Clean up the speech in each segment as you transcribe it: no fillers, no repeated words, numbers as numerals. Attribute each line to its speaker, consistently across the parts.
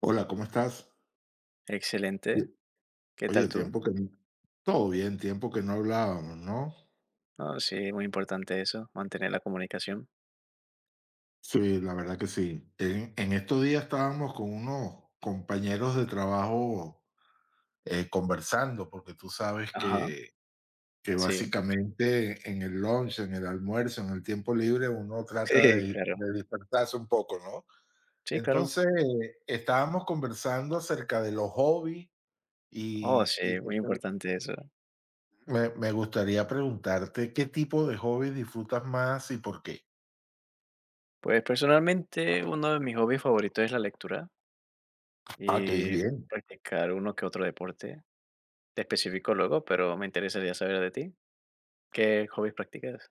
Speaker 1: Hola, ¿cómo estás? Oye,
Speaker 2: Excelente. ¿Qué tal
Speaker 1: oye,
Speaker 2: tú?
Speaker 1: tiempo que no todo bien, tiempo que no hablábamos, ¿no?
Speaker 2: No, sí, muy importante eso, mantener la comunicación.
Speaker 1: Sí, la verdad que sí. En estos días estábamos con unos compañeros de trabajo conversando, porque tú sabes
Speaker 2: Ajá,
Speaker 1: que
Speaker 2: sí.
Speaker 1: básicamente en el lunch, en el almuerzo, en el tiempo libre, uno trata
Speaker 2: Sí, claro.
Speaker 1: de despertarse un poco, ¿no?
Speaker 2: Sí, claro.
Speaker 1: Entonces, estábamos conversando acerca de los hobbies
Speaker 2: Oh,
Speaker 1: y, y
Speaker 2: sí,
Speaker 1: te,
Speaker 2: muy importante eso.
Speaker 1: me gustaría preguntarte, ¿qué tipo de hobby disfrutas más y por qué?
Speaker 2: Pues, personalmente, uno de mis hobbies favoritos es la lectura
Speaker 1: Ah, qué bien.
Speaker 2: y practicar uno que otro deporte. Te especifico luego, pero me interesaría saber de ti. ¿Qué hobbies practicas?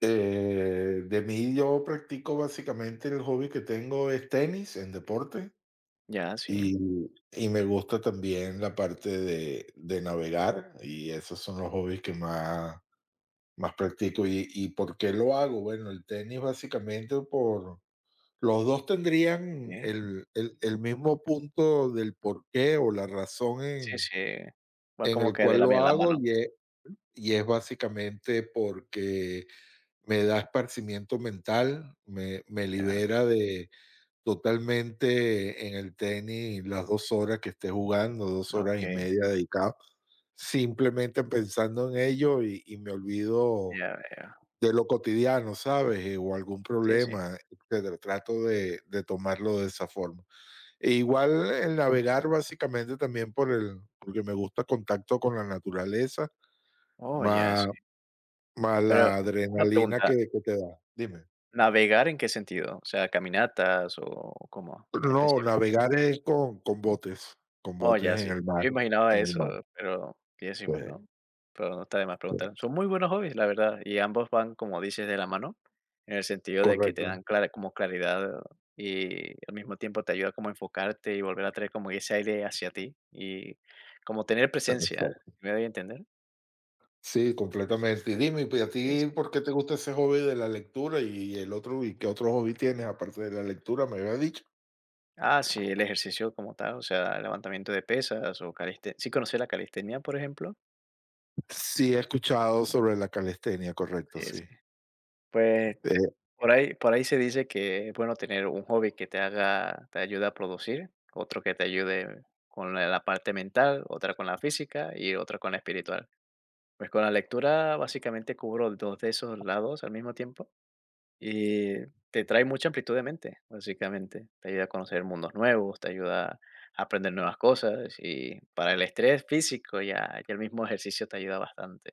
Speaker 1: De mí yo practico básicamente el hobby que tengo es tenis en deporte
Speaker 2: Ya, sí.
Speaker 1: y, y me gusta también la parte de navegar y esos son los hobbies que más practico. Y por qué lo hago? Bueno, el tenis básicamente por... Los dos
Speaker 2: Sí,
Speaker 1: tendrían el mismo punto del por qué o la razón
Speaker 2: sí, sí. Va
Speaker 1: en
Speaker 2: como
Speaker 1: el
Speaker 2: que de
Speaker 1: cual
Speaker 2: la
Speaker 1: lo
Speaker 2: mía la
Speaker 1: hago.
Speaker 2: mano.
Speaker 1: Y es básicamente porque me da esparcimiento mental, me
Speaker 2: Ya,
Speaker 1: libera de totalmente en el tenis las 2 horas que esté jugando, dos horas y
Speaker 2: okey,
Speaker 1: media dedicado, simplemente pensando en ello y me olvido
Speaker 2: ya veo.
Speaker 1: de lo cotidiano, ¿sabes? O algún
Speaker 2: Sí, sí.
Speaker 1: problema, etcétera. Trato de tomarlo de esa forma. E igual el navegar básicamente también por el porque me gusta contacto con la naturaleza,
Speaker 2: Oh, ya, sí.
Speaker 1: más más
Speaker 2: Pero
Speaker 1: la
Speaker 2: una
Speaker 1: adrenalina
Speaker 2: pregunta.
Speaker 1: que te da. Dime.
Speaker 2: ¿Navegar en qué sentido? O sea, ¿caminatas o cómo
Speaker 1: No,
Speaker 2: específica?
Speaker 1: navegar es con
Speaker 2: Oh,
Speaker 1: botes
Speaker 2: ya,
Speaker 1: en
Speaker 2: sí.
Speaker 1: el mar,
Speaker 2: Yo imaginaba
Speaker 1: en el mar.
Speaker 2: eso, pero y decir,
Speaker 1: Sí,
Speaker 2: bueno, pero no está de más
Speaker 1: sí,
Speaker 2: preguntar. Son muy buenos hobbies, la verdad, y ambos van, como dices, de la mano, en el sentido de que te
Speaker 1: correcto.
Speaker 2: dan clara como claridad y al mismo tiempo te ayuda como a enfocarte y volver a traer como ese aire hacia ti y como tener presencia,
Speaker 1: Exacto.
Speaker 2: ¿me doy a entender?
Speaker 1: Sí, completamente. Y dime, pues a
Speaker 2: Sí,
Speaker 1: ti
Speaker 2: sí.
Speaker 1: por qué te gusta ese hobby de la lectura y el otro y qué otro hobby tienes aparte de la lectura, ¿me habías dicho?
Speaker 2: Ah, sí, el ejercicio como tal, o sea, levantamiento de pesas o caliste. ¿Sí conoces la calistenia, por ejemplo?
Speaker 1: Sí, he escuchado sobre la calistenia, correcto,
Speaker 2: Sí, sí.
Speaker 1: sí.
Speaker 2: Pues,
Speaker 1: Eh,
Speaker 2: por ahí se dice que es bueno tener un hobby que te ayude a producir, otro que te ayude con la parte mental, otra con la física y otra con la espiritual. Pues con la lectura básicamente cubro 2 de esos lados al mismo tiempo y te trae mucha amplitud de mente, básicamente. Te ayuda a conocer mundos nuevos, te ayuda a aprender nuevas cosas y para el estrés físico ya el mismo ejercicio te ayuda bastante.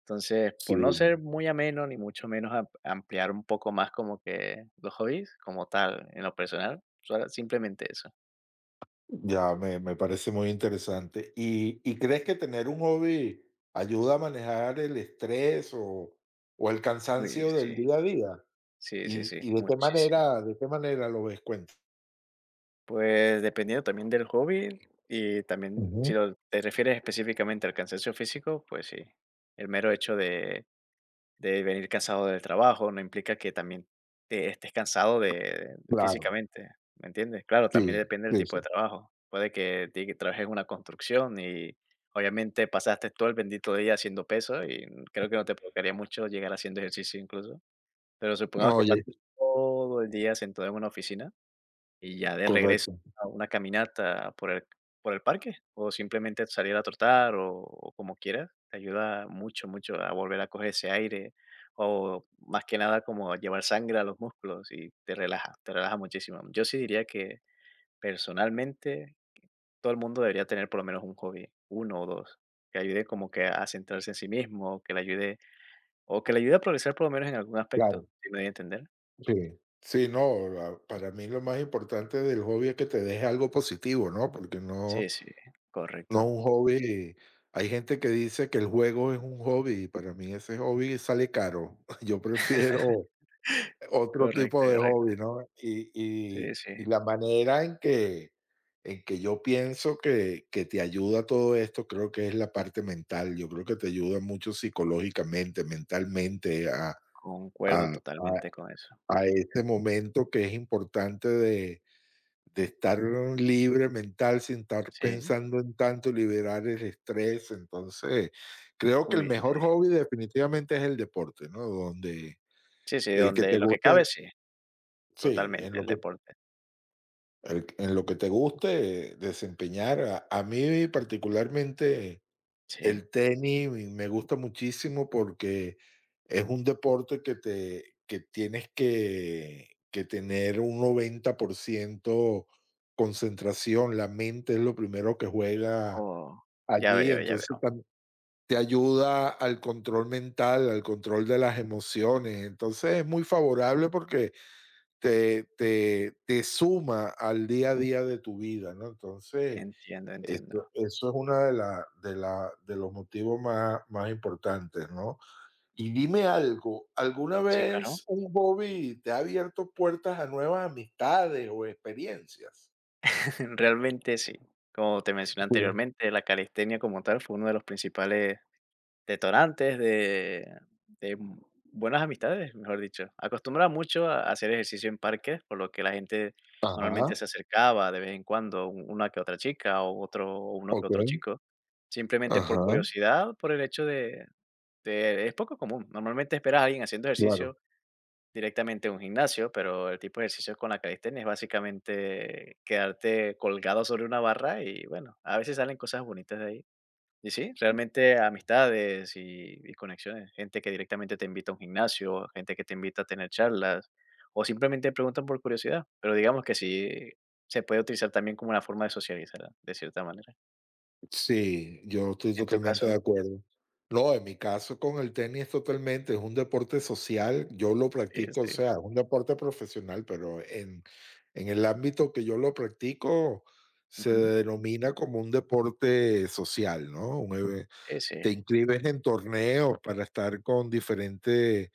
Speaker 2: Entonces,
Speaker 1: sí.
Speaker 2: por no ser muy ameno, ni mucho menos ampliar un poco más como que los hobbies como tal, en lo personal, simplemente eso.
Speaker 1: Ya, me parece muy interesante. Y crees que tener un hobby ayuda a manejar el estrés o el
Speaker 2: Uy,
Speaker 1: cansancio del
Speaker 2: sí,
Speaker 1: día a día?
Speaker 2: sí, sí, sí,
Speaker 1: Y
Speaker 2: muchísimo.
Speaker 1: de qué manera lo ves? Cuenta.
Speaker 2: Pues dependiendo también del hobby y también
Speaker 1: Ujú.
Speaker 2: si te refieres específicamente al cansancio físico, pues sí, el mero hecho de venir cansado del trabajo, no implica que también te estés cansado de
Speaker 1: Claro,
Speaker 2: físicamente, ¿me entiendes? Claro, también
Speaker 1: sí,
Speaker 2: depende del
Speaker 1: sí,
Speaker 2: tipo
Speaker 1: sí.
Speaker 2: de trabajo. Puede que que trabajes en una construcción y obviamente pasaste todo el bendito día haciendo peso y creo que no te provocaría mucho llegar haciendo ejercicio incluso. Pero supongamos
Speaker 1: No.
Speaker 2: que
Speaker 1: Oye,
Speaker 2: pasas todo el día sentado en una oficina y ya de regreso
Speaker 1: correcto,
Speaker 2: a una caminata por el parque, o simplemente salir a trotar, o como quieras, te ayuda mucho, mucho a volver a coger ese aire, o más que nada como llevar sangre a los músculos y te relaja muchísimo. Yo sí diría que personalmente todo el mundo debería tener por lo menos un hobby, uno o 2 que ayude como que a centrarse en sí mismo, que le ayude o que le ayude a progresar por lo menos en algún aspecto,
Speaker 1: claro,
Speaker 2: ¿si me doy a entender?
Speaker 1: sí. Sí, no, la- para mí lo más importante del hobby es que te deje algo positivo, ¿no? Porque no,
Speaker 2: Sí, sí,
Speaker 1: no es
Speaker 2: correcto,
Speaker 1: un hobby. Hay gente que dice que el juego es un hobby, y para mí ese hobby sale caro. Yo prefiero otro
Speaker 2: correcto,
Speaker 1: tipo de
Speaker 2: correcto.
Speaker 1: hobby, ¿no? Y
Speaker 2: Sí,
Speaker 1: y
Speaker 2: sí.
Speaker 1: y la manera en que yo pienso que te ayuda todo esto, creo que es la parte mental. Yo creo que te ayuda mucho psicológicamente, mentalmente
Speaker 2: Concuerdo
Speaker 1: a a
Speaker 2: totalmente con eso.
Speaker 1: a ese momento que es importante de estar libre mental sin estar
Speaker 2: Sí,
Speaker 1: pensando en tanto, liberar el estrés. Entonces, creo que el
Speaker 2: uy, sí.
Speaker 1: mejor hobby definitivamente es el deporte, ¿no? Donde
Speaker 2: Sí, sí,
Speaker 1: el que
Speaker 2: donde
Speaker 1: te
Speaker 2: en lo que
Speaker 1: guste,
Speaker 2: cabe, sí,
Speaker 1: sí, en
Speaker 2: totalmente
Speaker 1: lo
Speaker 2: el
Speaker 1: que
Speaker 2: deporte.
Speaker 1: el en lo que te guste desempeñar. A mí particularmente
Speaker 2: Sí.
Speaker 1: el tenis me gusta muchísimo porque es un deporte que te que tienes que tener un 90% concentración, la mente es lo primero que juega
Speaker 2: Oh, ya
Speaker 1: allí,
Speaker 2: veo, ya
Speaker 1: entonces
Speaker 2: veo.
Speaker 1: tam te ayuda al control mental, al control de las emociones, entonces es muy favorable porque te suma al día a día de tu vida, ¿no? Entonces,
Speaker 2: Entiendo,
Speaker 1: esto
Speaker 2: entiendo.
Speaker 1: eso es una de la de la de los motivos más importantes, ¿no? Y dime algo, ¿alguna
Speaker 2: Sí, claro.
Speaker 1: vez un hobby te ha abierto puertas a nuevas amistades o experiencias?
Speaker 2: Realmente sí. Como te mencioné
Speaker 1: Sí.
Speaker 2: anteriormente, la calistenia como tal fue uno de los principales detonantes de buenas amistades, mejor dicho. Acostumbraba mucho a hacer ejercicio en parques, por lo que la gente
Speaker 1: Ajá,
Speaker 2: normalmente se acercaba de vez en cuando, una que otra chica o otro, o uno que otro
Speaker 1: okey,
Speaker 2: chico, simplemente por
Speaker 1: ajá,
Speaker 2: curiosidad, por el hecho de, es poco común. Normalmente esperas a alguien haciendo
Speaker 1: claro.
Speaker 2: ejercicio directamente en un gimnasio, pero el tipo de ejercicio con la calistenia es básicamente quedarte colgado sobre una barra y bueno, a veces salen cosas bonitas de ahí. Y sí, realmente amistades y conexiones, gente que directamente te invita a un gimnasio, gente que te invita a tener charlas, o simplemente preguntan por curiosidad, pero digamos que sí se puede utilizar también como una forma de socializar, de cierta manera.
Speaker 1: Sí, yo estoy
Speaker 2: ¿En tu
Speaker 1: totalmente de
Speaker 2: caso?
Speaker 1: acuerdo. No, en mi caso con el tenis totalmente, es un deporte social, yo lo
Speaker 2: Sí,
Speaker 1: practico, o
Speaker 2: sí.
Speaker 1: sea, es un deporte profesional, pero en el ámbito que yo lo practico se
Speaker 2: Ujú.
Speaker 1: denomina como un deporte social, ¿no? Un eve-
Speaker 2: Sí, sí.
Speaker 1: te inscribes en torneos para estar con diferentes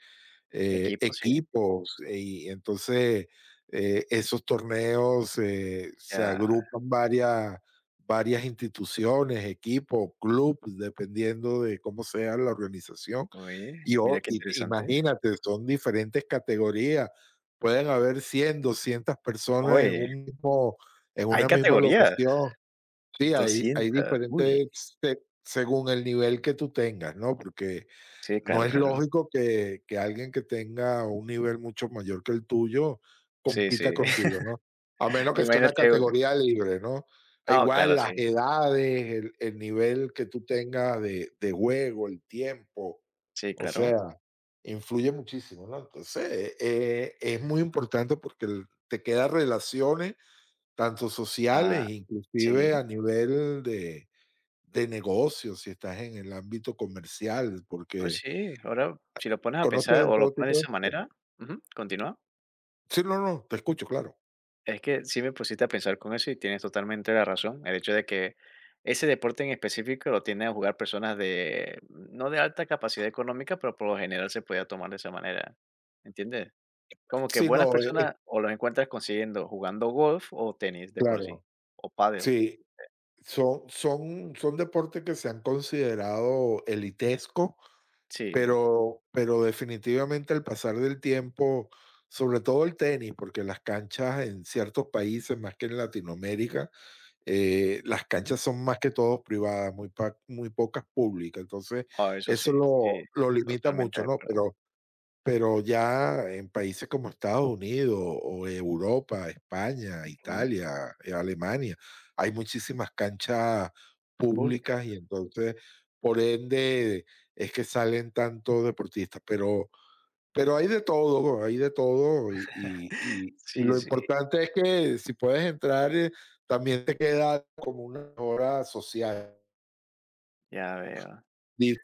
Speaker 2: Equipo, sí.
Speaker 1: equipos y entonces esos torneos se
Speaker 2: Ya.
Speaker 1: agrupan varias instituciones, equipos, clubes, dependiendo de cómo sea la organización.
Speaker 2: Oye,
Speaker 1: Y,
Speaker 2: mira
Speaker 1: o-
Speaker 2: qué
Speaker 1: y te-
Speaker 2: interesante.
Speaker 1: imagínate, son diferentes categorías. Pueden haber 100, 200 personas en
Speaker 2: Oye,
Speaker 1: un mismo, en
Speaker 2: hay
Speaker 1: una misma
Speaker 2: categorías,
Speaker 1: locación. Sí, hay
Speaker 2: 200. Uy.
Speaker 1: diferentes se según el nivel que tú tengas, ¿no? Porque
Speaker 2: Sí,
Speaker 1: no
Speaker 2: claro,
Speaker 1: es
Speaker 2: claro.
Speaker 1: lógico que alguien que tenga un nivel mucho mayor que el tuyo
Speaker 2: Sí,
Speaker 1: compita
Speaker 2: sí.
Speaker 1: contigo, ¿no? A menos que sea una
Speaker 2: Imagínate.
Speaker 1: categoría libre, ¿no? Ah,
Speaker 2: Ah,
Speaker 1: igual
Speaker 2: claro,
Speaker 1: las
Speaker 2: sí.
Speaker 1: edades, el nivel que tú tengas de juego, el tiempo,
Speaker 2: Sí,
Speaker 1: o
Speaker 2: claro.
Speaker 1: sea, influye muchísimo, ¿no? Entonces, es muy importante porque el te quedan relaciones tanto sociales,
Speaker 2: Ah,
Speaker 1: inclusive
Speaker 2: sí.
Speaker 1: a nivel de negocios, si estás en el ámbito comercial,
Speaker 2: Pues
Speaker 1: porque
Speaker 2: sí, ahora si lo pones a pensar
Speaker 1: conoces de
Speaker 2: o
Speaker 1: todo
Speaker 2: lo pones de
Speaker 1: tipo de
Speaker 2: esa
Speaker 1: personas.
Speaker 2: manera, ujú, continúa.
Speaker 1: Sí, no, no, te escucho, claro.
Speaker 2: Es que sí me pusiste a pensar con eso y tienes totalmente la razón. El hecho de que ese deporte en específico lo tienden a jugar personas de, no de alta capacidad económica, pero por lo general se podía tomar de esa manera. ¿Entiendes? Como que
Speaker 1: Sí,
Speaker 2: buenas
Speaker 1: no, e es
Speaker 2: personas o los encuentras consiguiendo jugando golf o tenis de por sí,
Speaker 1: claro.
Speaker 2: o pádel.
Speaker 1: Sí, son deportes que se han considerado elitesco,
Speaker 2: Sí,
Speaker 1: pero definitivamente al pasar del tiempo, sobre todo el tenis, porque las canchas en ciertos países, más que en Latinoamérica, las
Speaker 2: ujú.
Speaker 1: canchas son más que todo privadas, muy pa muy pocas públicas, entonces
Speaker 2: Ah, eso sí,
Speaker 1: eso
Speaker 2: sí,
Speaker 1: lo limita
Speaker 2: totalmente
Speaker 1: mucho,
Speaker 2: de
Speaker 1: ¿no?
Speaker 2: acuerdo.
Speaker 1: Pero ya en países como Estados Unidos o Europa, España,
Speaker 2: Ujú.
Speaker 1: Italia, Alemania, hay muchísimas canchas
Speaker 2: Pública.
Speaker 1: públicas y entonces, por ende, es que salen tantos deportistas, pero hay de todo, y y
Speaker 2: Sí,
Speaker 1: lo
Speaker 2: sí,
Speaker 1: importante es que si puedes entrar, también te queda como una mejora social,
Speaker 2: ya veo.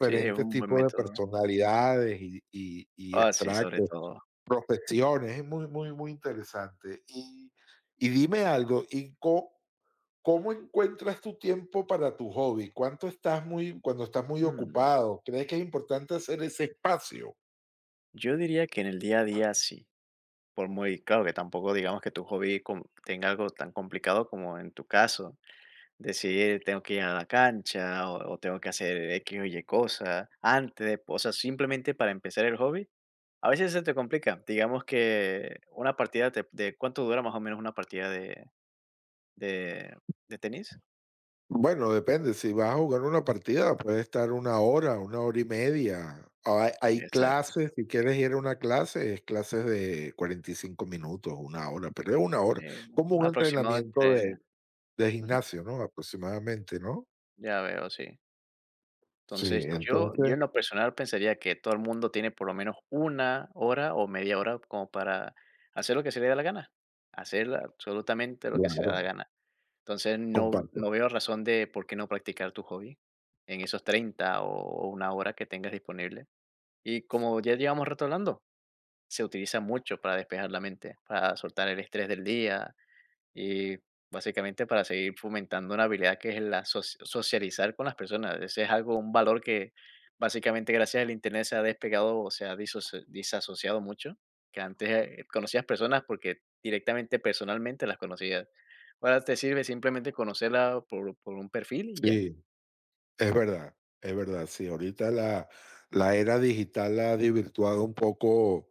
Speaker 2: Sí, es un buen
Speaker 1: tipos de
Speaker 2: método.
Speaker 1: personalidades y y
Speaker 2: Ah, sí, sobre
Speaker 1: extractos,
Speaker 2: todo.
Speaker 1: profesiones, es muy, muy, muy interesante. Y dime algo, ¿y có cómo encuentras tu tiempo para tu hobby? ¿Cuánto estás muy cuando estás muy
Speaker 2: Mm,
Speaker 1: ocupado? ¿Crees que es importante hacer ese espacio?
Speaker 2: yo diría que en el día a día sí, por muy claro que tampoco digamos que tu hobby tenga algo tan complicado como en tu caso, decidir tengo que ir a la cancha o tengo que hacer X o Y cosa antes, o sea, simplemente para empezar el hobby. A veces se te complica, digamos que una partida de cuánto dura más o menos una partida de, de tenis.
Speaker 1: Bueno, depende. Si vas a jugar una partida, puede estar una hora y media. Hay
Speaker 2: Exacto.
Speaker 1: clases, si quieres ir a una clase, es clases de 45 minutos, una hora, pero es una hora. Como
Speaker 2: Un
Speaker 1: un
Speaker 2: aproximado
Speaker 1: entrenamiento
Speaker 2: entre...
Speaker 1: de
Speaker 2: Ujú.
Speaker 1: gimnasio, ¿no? Aproximadamente, ¿no?
Speaker 2: Ya veo, sí.
Speaker 1: Sí,
Speaker 2: Entonces, yo en
Speaker 1: entonces,
Speaker 2: lo personal pensaría que todo el mundo tiene por lo menos 1 hora o media hora como para hacer lo que se le da la gana, hacer absolutamente lo que se le da
Speaker 1: claro,
Speaker 2: la gana. Entonces, no
Speaker 1: comparto.
Speaker 2: no veo razón de por qué no practicar tu hobby en esos 30 o 1 hora que tengas disponible. Y como ya llevamos rato hablando, se utiliza mucho para despejar la mente, para soltar el estrés del día, y básicamente para seguir fomentando una habilidad que es la socializar con las personas. Ese es algo, un valor que básicamente gracias al internet se ha despegado o se ha disasociado mucho, que antes conocías personas porque directamente, personalmente las conocías. Ahora te sirve simplemente conocerla por un perfil y ya.
Speaker 1: Sí. Es verdad, es verdad. Sí, la era digital ha desvirtuado un poco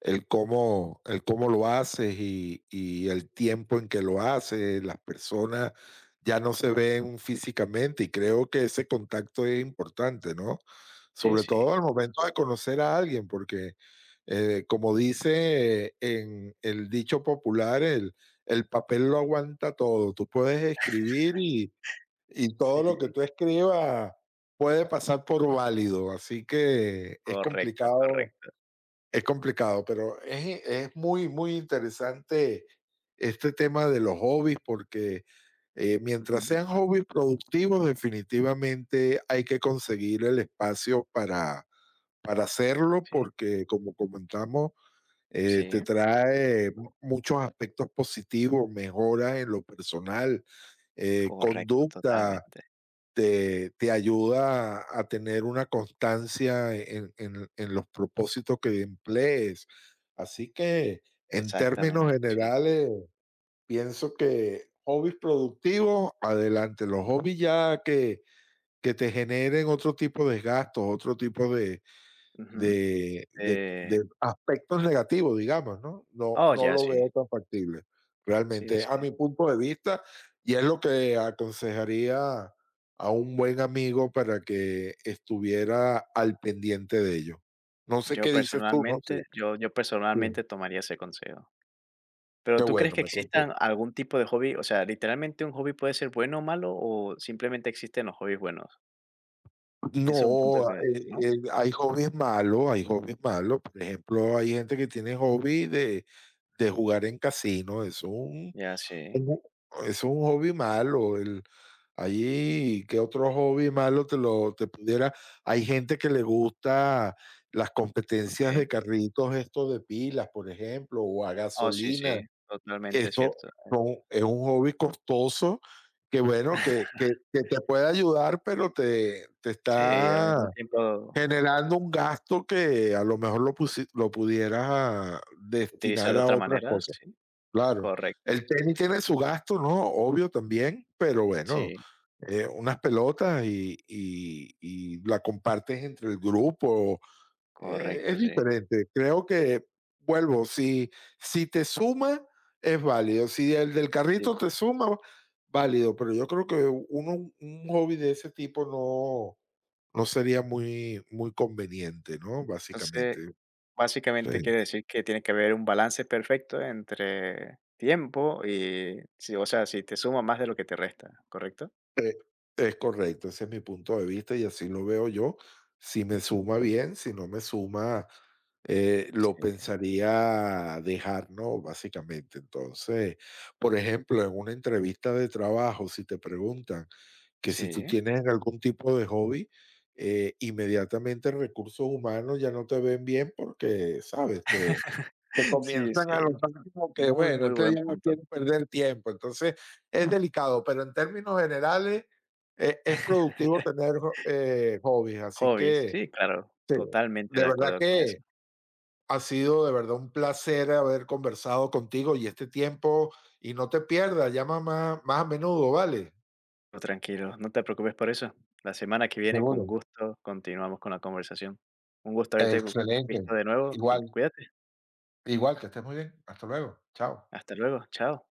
Speaker 1: el cómo lo haces y el tiempo en que lo haces. Las personas ya no se ven físicamente y creo que ese contacto es importante, ¿no?
Speaker 2: Sí,
Speaker 1: Sobre todo
Speaker 2: sí.
Speaker 1: al momento de conocer a alguien, porque como dice en el dicho popular, el papel lo aguanta todo. Tú puedes escribir y todo
Speaker 2: Sí,
Speaker 1: lo que tú escribas puede pasar por válido, así que
Speaker 2: correcto, correcto.
Speaker 1: es complicado, pero es muy, muy interesante este tema de los hobbies porque mientras
Speaker 2: Ujú.
Speaker 1: sean hobbies productivos, definitivamente hay que conseguir el espacio para hacerlo
Speaker 2: Sí,
Speaker 1: porque, como comentamos, te
Speaker 2: sí,
Speaker 1: trae muchos aspectos positivos, mejoras en lo personal,
Speaker 2: correcto,
Speaker 1: conducta,
Speaker 2: totalmente.
Speaker 1: te ayuda a tener una constancia en los propósitos que emplees. Así que en términos
Speaker 2: Exactamente, sí.
Speaker 1: generales, pienso que hobbies productivos, adelante. Los hobbies ya que te generen otro tipo de gastos, otro tipo de,
Speaker 2: Ujú. Eh,
Speaker 1: de aspectos negativos, digamos, ¿no?
Speaker 2: oh,
Speaker 1: No
Speaker 2: ya,
Speaker 1: lo
Speaker 2: sí.
Speaker 1: veo tan factible,
Speaker 2: Sí,
Speaker 1: realmente, a mi punto de vista, y es lo que aconsejaría a un buen amigo para que estuviera al pendiente de ello. No sé
Speaker 2: yo
Speaker 1: qué dices tú, ¿no?
Speaker 2: personalmente
Speaker 1: Sí,
Speaker 2: yo
Speaker 1: sí.
Speaker 2: personalmente tomaría ese consejo.
Speaker 1: Qué
Speaker 2: Pero, ¿tú crees
Speaker 1: bueno,
Speaker 2: que
Speaker 1: me contó.
Speaker 2: existan algún tipo de hobby? O sea, literalmente, ¿un hobby puede ser bueno o malo, o simplemente existen los hobbies buenos? Ese es un punto
Speaker 1: No,
Speaker 2: que, ¿no?
Speaker 1: hay hobbies malos, por ejemplo, hay gente que tiene hobby de jugar en casino, es un
Speaker 2: Ya, sí,
Speaker 1: Un es un hobby malo, el allí ¿qué otro hobby malo te lo te pudiera? Hay gente que le gusta las competencias
Speaker 2: okey.
Speaker 1: de carritos estos de pilas, por ejemplo, o a
Speaker 2: Oh, sí,
Speaker 1: gasolina.
Speaker 2: sí, totalmente
Speaker 1: Eso
Speaker 2: cierto.
Speaker 1: son es un hobby costoso que bueno, que te puede ayudar, pero te
Speaker 2: Sí, y al mismo
Speaker 1: está
Speaker 2: tiempo,
Speaker 1: generando un gasto que a lo mejor lo pusi lo pudieras ah,
Speaker 2: utilizar
Speaker 1: destinar
Speaker 2: de
Speaker 1: a
Speaker 2: otra
Speaker 1: otras
Speaker 2: manera,
Speaker 1: cosas.
Speaker 2: sí,
Speaker 1: Claro,
Speaker 2: correcto.
Speaker 1: el tenis tiene su gasto, ¿no? Obvio también, pero bueno,
Speaker 2: Sí,
Speaker 1: unas pelotas y y la compartes entre el grupo, es
Speaker 2: correcto, sí.
Speaker 1: diferente. Creo que, vuelvo, si si te suma, es válido, si el del
Speaker 2: Sí,
Speaker 1: carrito te suma, válido, pero yo creo que uno un hobby de ese tipo no sería muy conveniente, ¿no?
Speaker 2: entonces.
Speaker 1: Básicamente, sí.
Speaker 2: Básicamente quiere decir que tiene que haber un balance perfecto entre tiempo y sí, o sea, si te suma más de lo que te resta, ¿correcto?
Speaker 1: Eh, es correcto, ese es mi punto de vista y así lo veo yo. Si me suma bien, si no me suma,
Speaker 2: Sí,
Speaker 1: lo pensaría dejar, ¿no? Básicamente. Entonces, por ejemplo, en una entrevista de trabajo, si te preguntan que si tú
Speaker 2: sí.
Speaker 1: tienes algún tipo de hobby, inmediatamente recursos humanos ya no te ven bien porque, ¿sabes? Te, que
Speaker 2: Sí,
Speaker 1: comienzan
Speaker 2: sí.
Speaker 1: a notar como que,
Speaker 2: Muy,
Speaker 1: bueno,
Speaker 2: muy
Speaker 1: este
Speaker 2: buen
Speaker 1: día no
Speaker 2: punto.
Speaker 1: quiero perder tiempo. Entonces, es delicado, pero en términos generales, e es productivo tener, jo- hobbies. Así
Speaker 2: Hobbies,
Speaker 1: que,
Speaker 2: sí, claro,
Speaker 1: Sí.
Speaker 2: totalmente
Speaker 1: De
Speaker 2: de
Speaker 1: verdad
Speaker 2: acuerdo con eso.
Speaker 1: que ha sido de verdad un placer haber conversado contigo y este tiempo y no te pierdas, llama más a menudo, ¿vale?
Speaker 2: Tú tranquilo, no te preocupes por eso. La semana que viene, con
Speaker 1: Seguro.
Speaker 2: gusto, continuamos con la conversación. Un gusto haberte
Speaker 1: Excelente.
Speaker 2: visto de nuevo y
Speaker 1: Igual.
Speaker 2: cuídate.
Speaker 1: Igual que estés muy bien. Hasta luego. Chao.
Speaker 2: Hasta luego, chao.